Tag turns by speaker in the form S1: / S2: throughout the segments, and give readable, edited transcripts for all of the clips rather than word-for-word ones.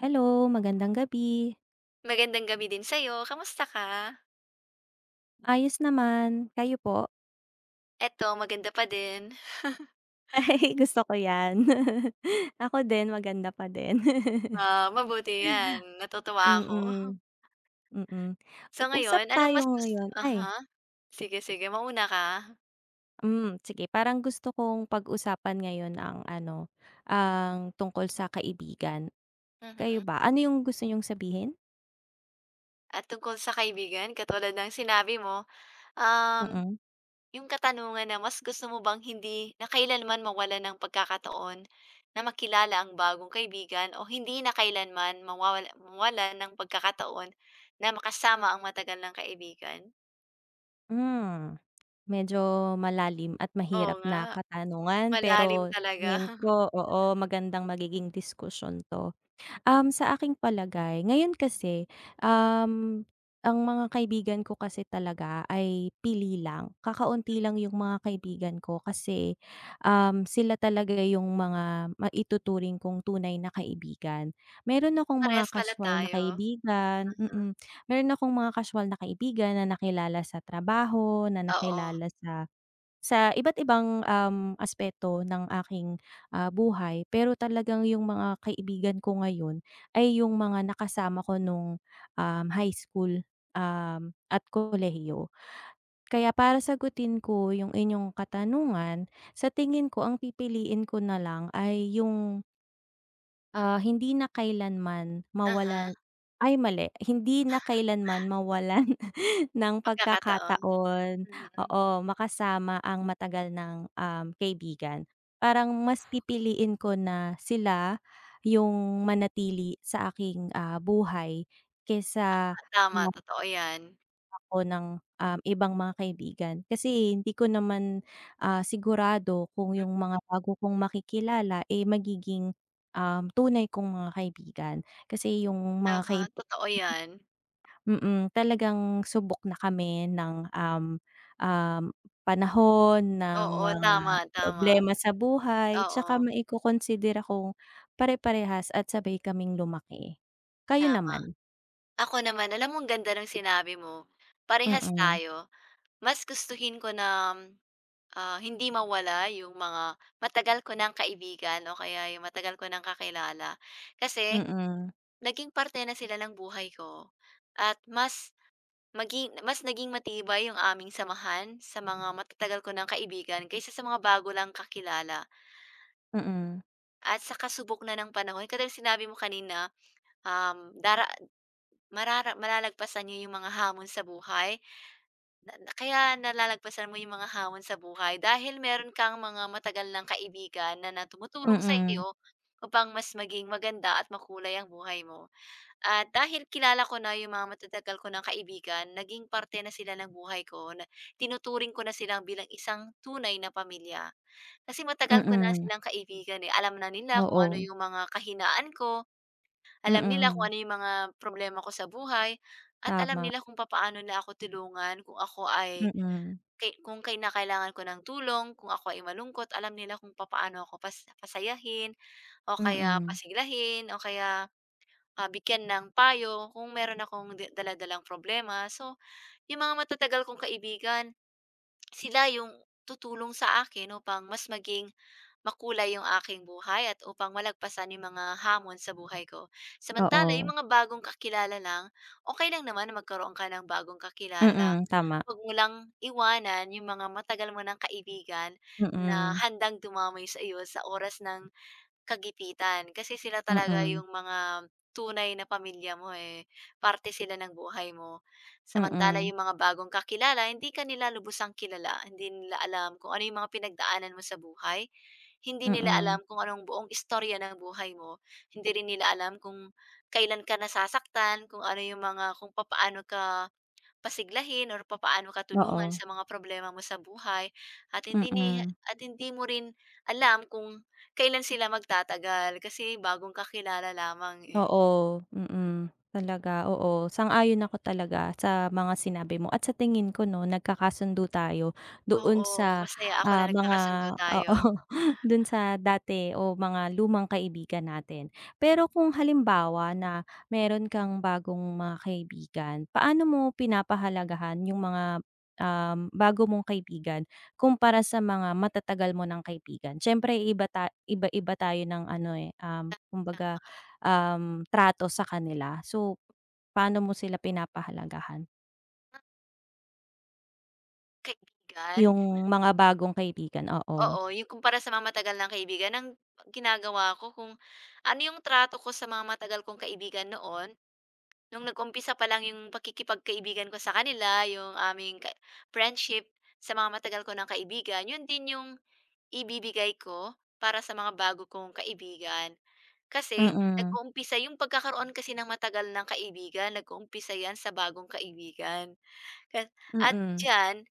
S1: Hello, magandang gabi.
S2: Magandang gabi din sa'yo, kamusta ka?
S1: Ayos naman, kayo po?
S2: Eto maganda pa din.
S1: Ay, gusto ko 'yan. Ako din, maganda pa din.
S2: Ah, mabuti 'yan, natutuwa ako.
S1: Mm. Mm.
S2: So
S1: Usap
S2: ngayon, anong
S1: tayo
S2: mas gusto
S1: ngayon ay,
S2: aha. Sige, sige mauna ka.
S1: sige. Parang gusto kong pag-usapan ngayon ang ano, ang tungkol sa kaibigan. Kayo
S2: Mhm.
S1: ba, ano yung gusto niyong sabihin?
S2: At tungkol sa kaibigan katulad ng sinabi mo, um,
S1: Mm-mm. Mm.
S2: yung katanungan na mas gusto mo bang hindi na kailanman mawala ng pagkakataon na makilala ang bagong kaibigan o hindi na kailanman mawala ng pagkakataon na makasama ang matagal ng kaibigan?
S1: Hmm, Medyo malalim at
S2: Oo
S1: mahirap
S2: nga.
S1: na katanungan
S2: Malalim
S1: pero sa
S2: talaga.
S1: tingin ko oo, magandang magiging diskusyon 'to. Sa aking palagay, ngayon kasi, um, ang mga kaibigan ko kasi talaga ay pili lang. Kakaunti lang yung mga kaibigan ko kasi, sila talaga yung mga maituturing kong tunay na kaibigan. Meron akong mga
S2: Parehas pala
S1: casual na
S2: tayo.
S1: kaibigan
S2: Mhm,
S1: mm. Meron akong mga casual na kaibigan na nakilala sa trabaho, na
S2: oo.
S1: nakilala sa iba't ibang, aspeto ng aking, buhay pero talagang yung mga kaibigan ko ngayon ay yung mga nakasama ko nung, high school, at kolehiyo. Kaya para sagutin ko yung inyong katanungan, sa tingin ko ang pipiliin ko na lang ay yung, hindi na kailanman
S2: uh
S1: mawalan ay mali, hindi na kailanman mawalan ng
S2: Pagkakataon.
S1: pagkakataon,
S2: Mm,
S1: oo, makasama ang matagal ng, kaibigan. Parang mas pipiliin ko na sila yung manatili sa aking, buhay kesa
S2: tama, tama,
S1: kumuha
S2: totoo 'yan.
S1: ako ng, ibang mga kaibigan. Kasi hindi ko naman, sigurado kung
S2: Hmm,
S1: yung mga bago kong makikilala, eh, magiging, tunay kong mga kaibigan. Kasi yung mga
S2: oo,
S1: kai
S2: totoo 'yan.
S1: Mm, Talagang subok na kami ng, um, um, panahon, ng
S2: Oo,
S1: mga
S2: tama, tama.
S1: problema sa buhay,
S2: Oo,
S1: tsaka maikokonsidera kong pare-parehas at sabay kaming lumaki. Kayo
S2: tama.
S1: naman?
S2: Ako naman, alam mo ang ganda ng sinabi mo, parehas
S1: Mm,
S2: tayo. Mas gustuhin ko na, ah, hindi mawala yung mga matagal ko ng kaibigan o kaya yung matagal ko ng kakilala. Kasi
S1: mm,
S2: naging parte na sila ng buhay ko at mas naging matibay yung aming samahan sa mga matatagal ko ng kaibigan kaysa sa mga bago lang kakilala
S1: mm,
S2: at sa kasubok na ng panahon. Katulad sinabi mo kanina, um, dara marara malalagpasan niyo yung mga hamon sa buhay. Na na kaya nalalagpasan mo yung mga hamon sa buhay dahil meron kang mga matagal ng kaibigan na na tumutulong
S1: mm,
S2: sa'yo upang mas maging maganda at makulay ang buhay mo. At dahil kilala ko na yung mga matatagal ko ng kaibigan, naging parte na sila ng buhay ko na tinuturing ko na silang bilang isang tunay na pamilya. Kasi matagal ko na
S1: mm,
S2: silang kaibigan, eh. Alam na nila kung ano
S1: oo,
S2: yung mga kahinaan ko, alam nila
S1: mm,
S2: kung ano yung mga problema ko sa buhay, at alam
S1: tama,
S2: nila kung papaano na ako tulungan kung ako ay
S1: mm,
S2: Kung kailangan ko ng tulong, kung ako ay malungkot, alam nila kung papaano ako pasayahin o kaya
S1: mm,
S2: pasiglahin o kaya, ah, bigyan ng payo kung meron akong dala problema. So, yung mga matatagal kong kaibigan, sila yung tutulong sa akin upang mas maging makulay yung aking buhay at upang malagpasan yung mga hamon sa buhay ko. Samantala,
S1: oo,
S2: yung mga bagong kakilala lang, okay lang naman na magkaroon ka ng bagong kakilala.
S1: mm, tama,
S2: Huwag mo lang iwanan yung mga matagal mo ng kaibigan na
S1: mm,
S2: handang dumamay sa iyo sa oras ng kagipitan. Kasi sila
S1: mm,
S2: talaga
S1: mm,
S2: yung mga tunay na pamilya mo, eh, parte sila ng buhay mo. Samantala
S1: mm,
S2: yung mga bagong kakilala, hindi ka nila lubusang kilala, hindi nila alam kung ano yung mga pinagdaanan mo sa buhay, hindi nila
S1: mm,
S2: alam kung anong buong istorya ng buhay mo, hindi rin nila alam kung kailan ka nasasaktan, kung ano yung mga kung papaano ka pasiglahin or papaano ka
S1: oo,
S2: tulungan sa mga problema mo sa buhay at hindi ni
S1: mm.
S2: at hindi mo rin alam kung kailan sila magtatagal kasi bagong kakilala lamang, eh.
S1: Oo, mm. Talaga, oo. Sang-ayon ako talaga sa mga sinabi mo at sa tingin ko 'no, nagkakasundo tayo doon
S2: Oo,
S1: sa,
S2: masaya ako na
S1: mga
S2: nagkakasundo tayo.
S1: oo, do'n sa dati o mga lumang kaibigan natin.
S2: Hmm,
S1: Pero kung halimbawa na meron kang bagong mga kaibigan, paano mo pinapahalagahan yung mga, bago mong kaibigan kumpara sa mga matatagal mo ng kaibigan? Siyempre iba-iba tayo ng ano, eh, kumbaga
S2: tama.
S1: trato sa kanila. So, paano mo sila pinapahalagahan?
S2: Kaibigan?
S1: Yung mga bagong kaibigan, oo.
S2: Oo, yung kumpara sa mga matagal ng kaibigan ang ginagawa ko kung ano yung trato ko sa mga matagal kong kaibigan noon, nung nag-umpisa pa lang yung pakikipagkaibigan ko sa kanila, yung aming friendship sa mga matagal ko ng kaibigan, yun din yung ibibigay ko para sa mga bago kong kaibigan. Kasi
S1: Mm,
S2: nag-uumpisa yung pagkakaroon kasi ng matagal ng kaibigan, nag-uumpisa yan sa bagong kaibigan. Ka at
S1: mm,
S2: diyan,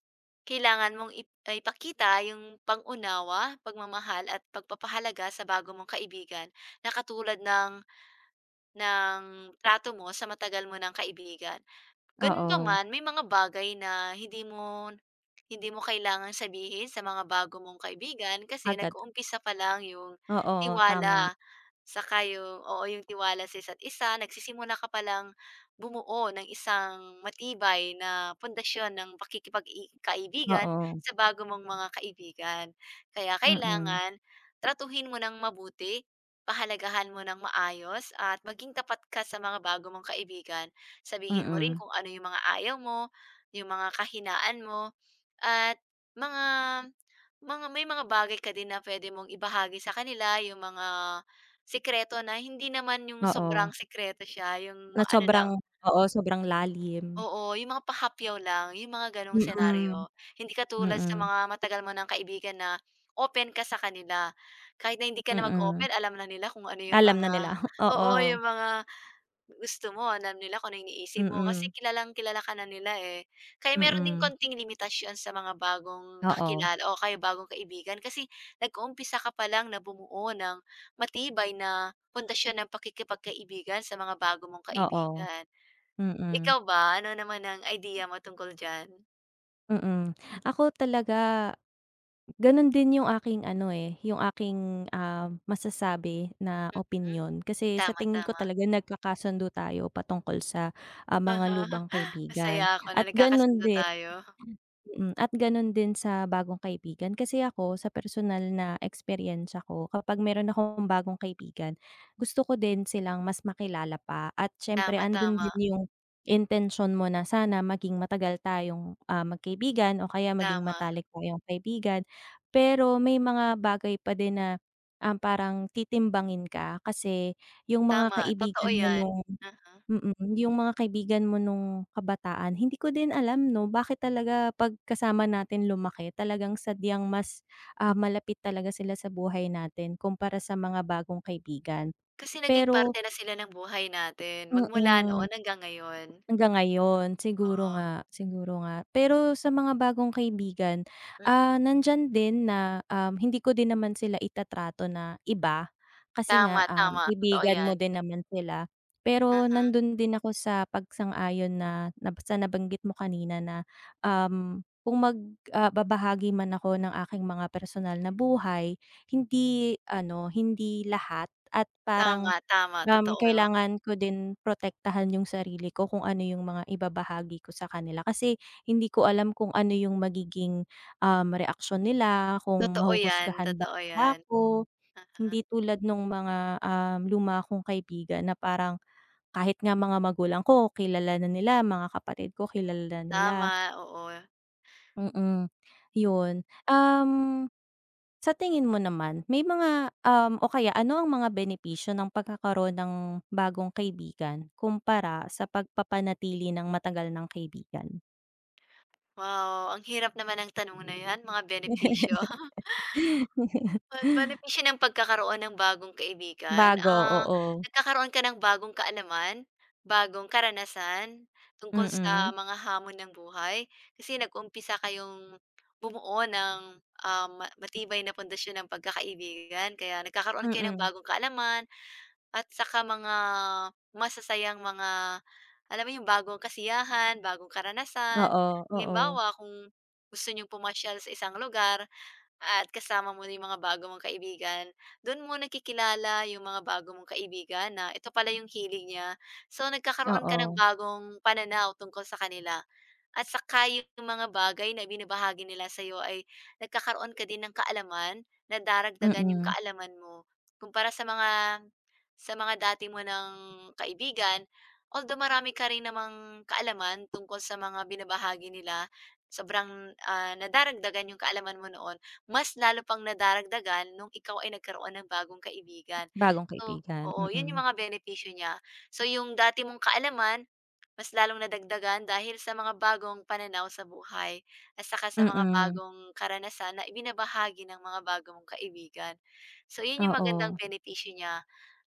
S2: kailangan mong ipakita yung unawa pagmamahal at pagpapahalaga sa bago mong kaibigan na katulad ng ng trato mo sa matagal mo ng kaibigan. Ganito
S1: oo.
S2: man, may mga bagay na hindi mo kailangang sabihin sa mga bago mong kaibigan kasi
S1: Agad
S2: nag-uumpisa pa lang yung
S1: oo, tama,
S2: tiwala, saka yung oo, yung tiwala sa isa't isa, nagsisimula ka pa lang bumuo ng isang matibay na pundasyon ng pakikipag kaibigan
S1: oo,
S2: sa bago mong mga kaibigan. Kaya
S1: mm,
S2: kailangan tratuhin mo ng mabuti, pahalagahan mo ng maayos at maging tapat ka sa mga bago mong kaibigan. Sabihin mo rin
S1: mm,
S2: kung ano yung mga ayaw mo, yung mga kahinaan mo, at mga mga may mga bagay ka din na pwede mong ibahagi sa kanila, yung mga sikreto na hindi naman yung
S1: oo.
S2: sobrang sikreto siya, yung
S1: Na
S2: mga ano lang
S1: sobrang oo, sobrang lalim.
S2: oo, yung mga pahapyaw lang, yung mga gano'ng
S1: Mm,
S2: senaryo. Hindi katulad sa
S1: mm,
S2: mga matagal mo ng kaibigan na open ka sa kanila, kahit na hindi ka na
S1: mm.
S2: mag-open alam na nila kung ano yung
S1: Alam na
S2: mga
S1: nila,
S2: oo,
S1: oo,
S2: yung mga gusto mo alam nila kung ano iniisip mo
S1: mm,
S2: kasi kilalang-kilala ka na nila, eh. Kaya meron ding
S1: mm,
S2: konting limitasyon sa mga bagong
S1: oo,
S2: kakilala o kaya bagong kaibigan kasi nag-uumpisa ka pa lang na bumuo ng matibay na pundasyon ng pakikipagkaibigan sa mga bago mong
S1: oo,
S2: kaibigan.
S1: mm,
S2: Ikaw ba, ano naman ang idea mo tungkol diyan?
S1: mm. Ako talaga. Gano'n din yung aking ano, eh, yung aking, masasabi na
S2: Hmm,
S1: opinyon kasi sa
S2: tama,
S1: tingin ko
S2: tama.
S1: talaga nagkakasundo tayo patungkol sa,
S2: uh
S1: mga lubang kaibigan
S2: Masaya ako na
S1: at gano'n
S2: nagkakasundo
S1: din
S2: tayo.
S1: Mm, at gano'n din sa bagong kaibigan. Kasi ako sa personal na experience ko kapag meron akong bagong kaibigan, gusto ko din silang mas makilala pa at siyempre
S2: Tama,
S1: andun
S2: tama,
S1: din yung intention mo na sana maging matagal tayong, magkaibigan o kaya maging
S2: tama,
S1: matalik tayong kaibigan. Pero may mga bagay pa din na, parang titimbangin ka kasi yung mga
S2: tama, totoo
S1: kaibigan mo
S2: 'yan.
S1: nung
S2: uh
S1: Mm, Yung mga kaibigan mo nung kabataan hindi ko din alam 'no, bakit talaga 'pag kasama natin lumaki talagang sadyang mas, malapit talaga sila sa buhay natin kumpara sa mga bagong kaibigan.
S2: Kasi naging
S1: Pero
S2: parte na sila ng buhay natin magmula
S1: mm.
S2: noon hanggang ngayon.
S1: Hanggang ngayon, siguro nga,
S2: Oo,
S1: siguro nga. Pero sa mga bagong kaibigan,
S2: mm.
S1: nandiyan din na, hindi ko din naman sila itatrato na iba, kasi
S2: Tama,
S1: nga,
S2: tama, totoo
S1: kaibigan
S2: 'yan.
S1: mo din naman sila. Pero
S2: Mhm,
S1: nandun din ako sa pagsang-ayon na sa nabanggit mo kanina na, kung magbabahagi man ako ng aking mga personal na buhay, hindi ano, hindi lahat at parang.
S2: tama, tama, totoo.
S1: Kailangan ko din protektahan yung sarili ko kung ano yung mga ibabahagi ko sa kanila kasi hindi ko alam kung ano yung magiging, reaksyon nila, kung
S2: Totoo 'yan,
S1: mahuhusgahan ba
S2: totoo
S1: nila
S2: 'yan.
S1: ako.
S2: Ah,
S1: Hindi tulad nung mga, luma kong kaibigan na parang kahit nga mga magulang ko kilala na nila, mga kapatid ko kilala na nila,
S2: tama, oo.
S1: mm, yun. Um sa tingin mo naman, may mga, o kaya ano ang mga benepisyo ng pagkakaroon ng bagong kaibigan kumpara sa pagpapanatili ng matagal ng kaibigan?
S2: Wow, ang hirap naman ng tanong na 'yan, mga benepisyo. Benepisyo ng pagkakaroon ng bagong kaibigan,
S1: Bago,
S2: ah,
S1: oo.
S2: nagkakaroon ka ng bagong kaalaman, bagong karanasan tungkol
S1: Mm.
S2: sa mga hamon ng buhay. Kasi nag-umpisa kayong bumuo ng, ah, matibay na pundasyon ng pagkakaibigan. Kaya nagkakaroon kayo ng
S1: Mm.
S2: bagong kaalaman at saka mga masasayang mga alam mo yung bagong kasiyahan, bagong karanasan.
S1: Oo, oo.
S2: Halimbawa, kung gusto niyong pumasyal sa isang lugar at kasama mo na yung mga bago mong kaibigan. Do'n mo nakikilala yung mga bago mong kaibigan na ito pala yung hilig niya. So, nagkakaroon ka ng
S1: Oo.
S2: bagong pananaw tungkol sa kanila. At saka yung mga bagay na ibinabahagi nila sa'yo ay nagkakaroon ka din ng kaalaman na daragdagan yung
S1: Mm.
S2: kaalaman mo. Kumpara sa mga dati mo ng kaibigan, although marami ka rin namang kaalaman tungkol sa mga binabahagi nila, sobrang, ah, nadaragdagan yung kaalaman mo noon, mas lalo pang nadaragdagan nung ikaw ay nagkaroon ng bagong kaibigan.
S1: Bagong
S2: So
S1: kaibigan,
S2: oo, yun
S1: mm.
S2: yung mga benepisyo niya. So yung dati mong kaalaman mas lalong nadagdagan dahil sa mga bagong pananaw sa buhay at saka sa mga
S1: Mm.
S2: bagong karanasan na ibinabahagi ng mga bago mong kaibigan. So, yun yung
S1: Oo,
S2: magandang benepisyo niya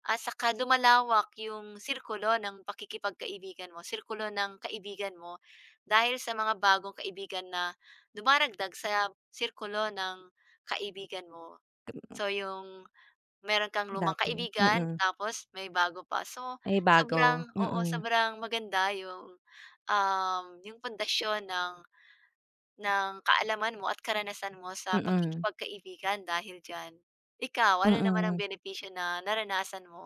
S2: at saka lumalawak yung sirkulo ng pakikipagkaibigan mo, sirkulo ng kaibigan mo dahil sa mga bagong kaibigan na dumaragdag sa sirkulo ng kaibigan mo. So, yung meron kang lumang
S1: dati,
S2: kaibigan
S1: mm.
S2: tapos may bago pa. So,
S1: Ay bago,
S2: sobrang oo,
S1: mm.
S2: sobrang maganda yung, yung pundasyon ng kaalaman mo at karanasan mo sa
S1: Mm.
S2: pakikipagkaibigan dahil diyan. Ikaw, ano naman ang
S1: Mm.
S2: benepisyo na naranasan mo?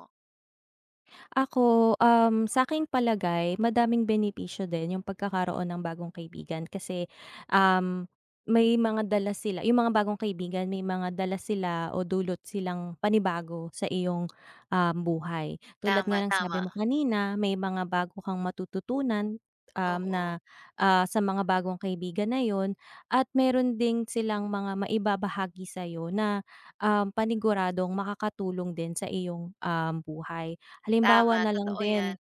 S1: Ako, sa'king palagay madaming benepisyo din yung
S2: Hmm,
S1: pagkakaroon ng bagong kaibigan kasi, um, may mga dala sila yung mga bagong kaibigan may mga dala sila o dulot silang panibago sa iyong, buhay. Tulad nga
S2: tama,
S1: ng sabi
S2: tama,
S1: mo kanina may mga bago kang matututunan,
S2: oo.
S1: na, sa mga bagong kaibigan na yon at meron ding silang mga maibabahagi sa'yo na, paniguradong makakatulong din sa iyong, buhay. Halimbawa
S2: Tama,
S1: na lang
S2: totoo 'yan.
S1: din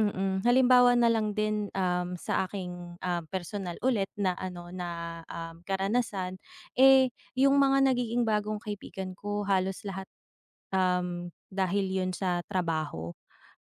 S1: mm, halimbawa na lang din, sa aking, personal ulit na ano, na, karanasan, eh, yung mga nagiging bagong kaibigan ko halos lahat, dahil yun sa trabaho.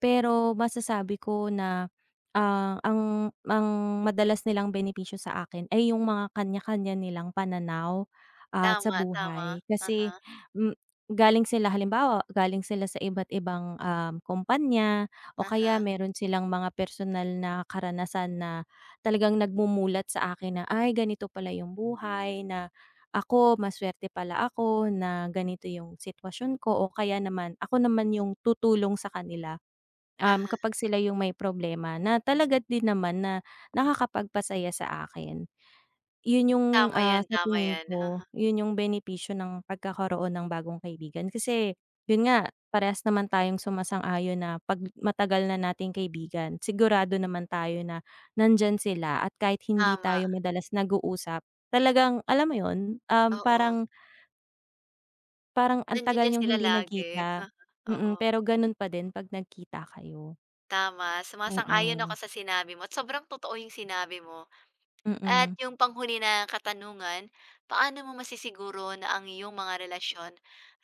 S1: Pero masasabi ko na, ang madalas nilang benepisyo sa akin ay yung mga kanya-kanya nilang pananaw, sa
S2: Tama, tama.
S1: buhay. Kasi,
S2: Uh-huh,
S1: hmm, galing sila halimbawa, galing sila sa iba't ibang, kumpanya o kaya
S2: uh
S1: meron silang mga personal na karanasan na talagang nagmumulat sa akin na, "Ay, ganito pala yung buhay," na, "Ako, masuwerte pala ako na ganito yung sitwasyon ko," o kaya naman, "Ako naman yung tutulong sa kanila." Kapag sila yung may problema na talaga din naman na nakakapagpasaya sa akin. Yun yung,
S2: tama 'yan,
S1: sa
S2: tama
S1: tingin
S2: 'yan.
S1: ko, yun yung benepisyo ng pagkakaroon ng bagong kaibigan. Kasi yun nga, parehas naman tayong sumasang-ayon na 'pag matagal na nating kaibigan, sigurado naman tayo na nandiyan sila at kahit hindi
S2: Tama,
S1: tayo madalas nag-uusap, talagang alam mo yun,
S2: oo.
S1: parang parang ang tagal
S2: Nandiya
S1: niyong
S2: sila
S1: hindi
S2: lagi.
S1: nagkita,
S2: Uh-huh,
S1: mm,
S2: oo.
S1: pero ganun pa din 'pag nagkita kayo.
S2: Tama, sumasang-ayon ako
S1: Mm,
S2: sa sinabi mo at sobrang totoo yung sinabi mo. At
S1: mm.
S2: yung panghuli na katanungan, paano mo masisiguro na ang iyong mga relasyon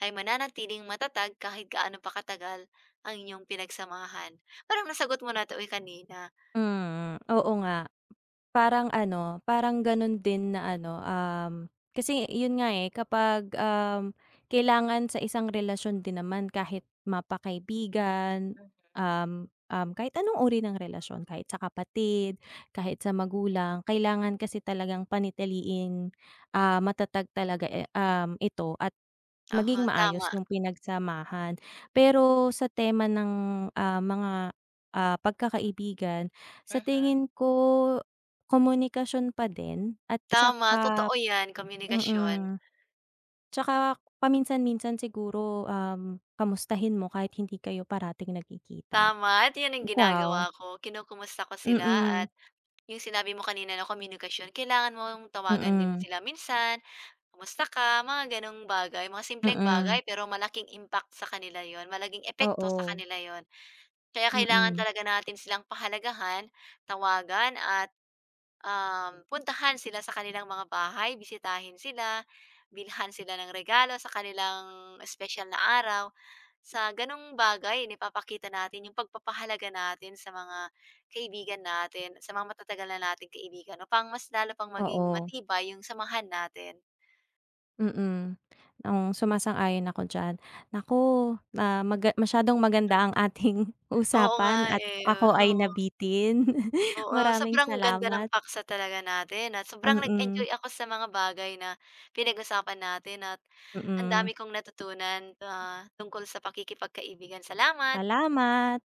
S2: ay mananatiling matatag kahit gaano pa katagal ang inyong pinagsamahan? Parang nasagot mo na 'to, eh, kanina.
S1: Mm, oo nga. Parang ano, parang gano'n din na ano, kasi yun nga, eh, kapag, kailangan sa isang relasyon din naman kahit mapakaibigan, um, um, kahit anong uri ng relasyon, kahit sa kapatid, kahit sa magulang, kailangan kasi talagang panitiliin matatag talaga, eh, ito at
S2: Oo,
S1: maging maayos
S2: tama,
S1: yung pinagsamahan. Pero sa tema ng, mga, pagkakaibigan, sa
S2: mhm.
S1: tingin ko komunikasyon pa din at
S2: Tama,
S1: tsaka
S2: totoo yan, komunikasyon.
S1: mm. Tsaka paminsan-minsan siguro, kamustahin mo kahit hindi kayo parating nagkikita.
S2: Tama at yun ang
S1: Ikaw?
S2: ginagawa ko, kinukumusta ko sila
S1: Mm.
S2: at yung sinabi mo kanina na komunikasyon, kailangan mong tawagan din
S1: Mm.
S2: sila minsan, "Kamusta ka?" Mga gano'ng bagay, mga
S1: Mm.
S2: simpleng
S1: Mm.
S2: bagay pero malaking impact sa kanila yon, malaking epekto sa
S1: Oo.
S2: kanila yon. Kaya kailangan
S1: Mm.
S2: talaga natin silang pahalagahan, tawagan at, puntahan sila sa kanilang mga bahay, bisitahin sila, bilhan sila ng regalo sa kanilang espesyal na araw. Sa gano'ng bagay naipapakita natin yung pagpapahalaga natin sa mga kaibigan natin, sa mga matatagal na nating kaibigan upang mas lalo pang maging
S1: Oo.
S2: matibay yung samahan natin.
S1: Mm, oo, sumasang-ayon ako diyan. Naku, masyadong maganda ang
S2: Mm.
S1: ating
S2: Oo nga
S1: usapan at
S2: eh,
S1: ako ay
S2: oo.
S1: nabitin.
S2: Oo,
S1: Maraming
S2: sobrang ganda
S1: salamat.
S2: ng paksa talaga natin at sobrang
S1: Mm,
S2: nag-enjoy ako sa mga bagay na pinag-usapan natin at ang
S1: mm.
S2: dami kong natutunan, ah, tungkol sa pakikipagkaibigan. Salamat.
S1: Salamat.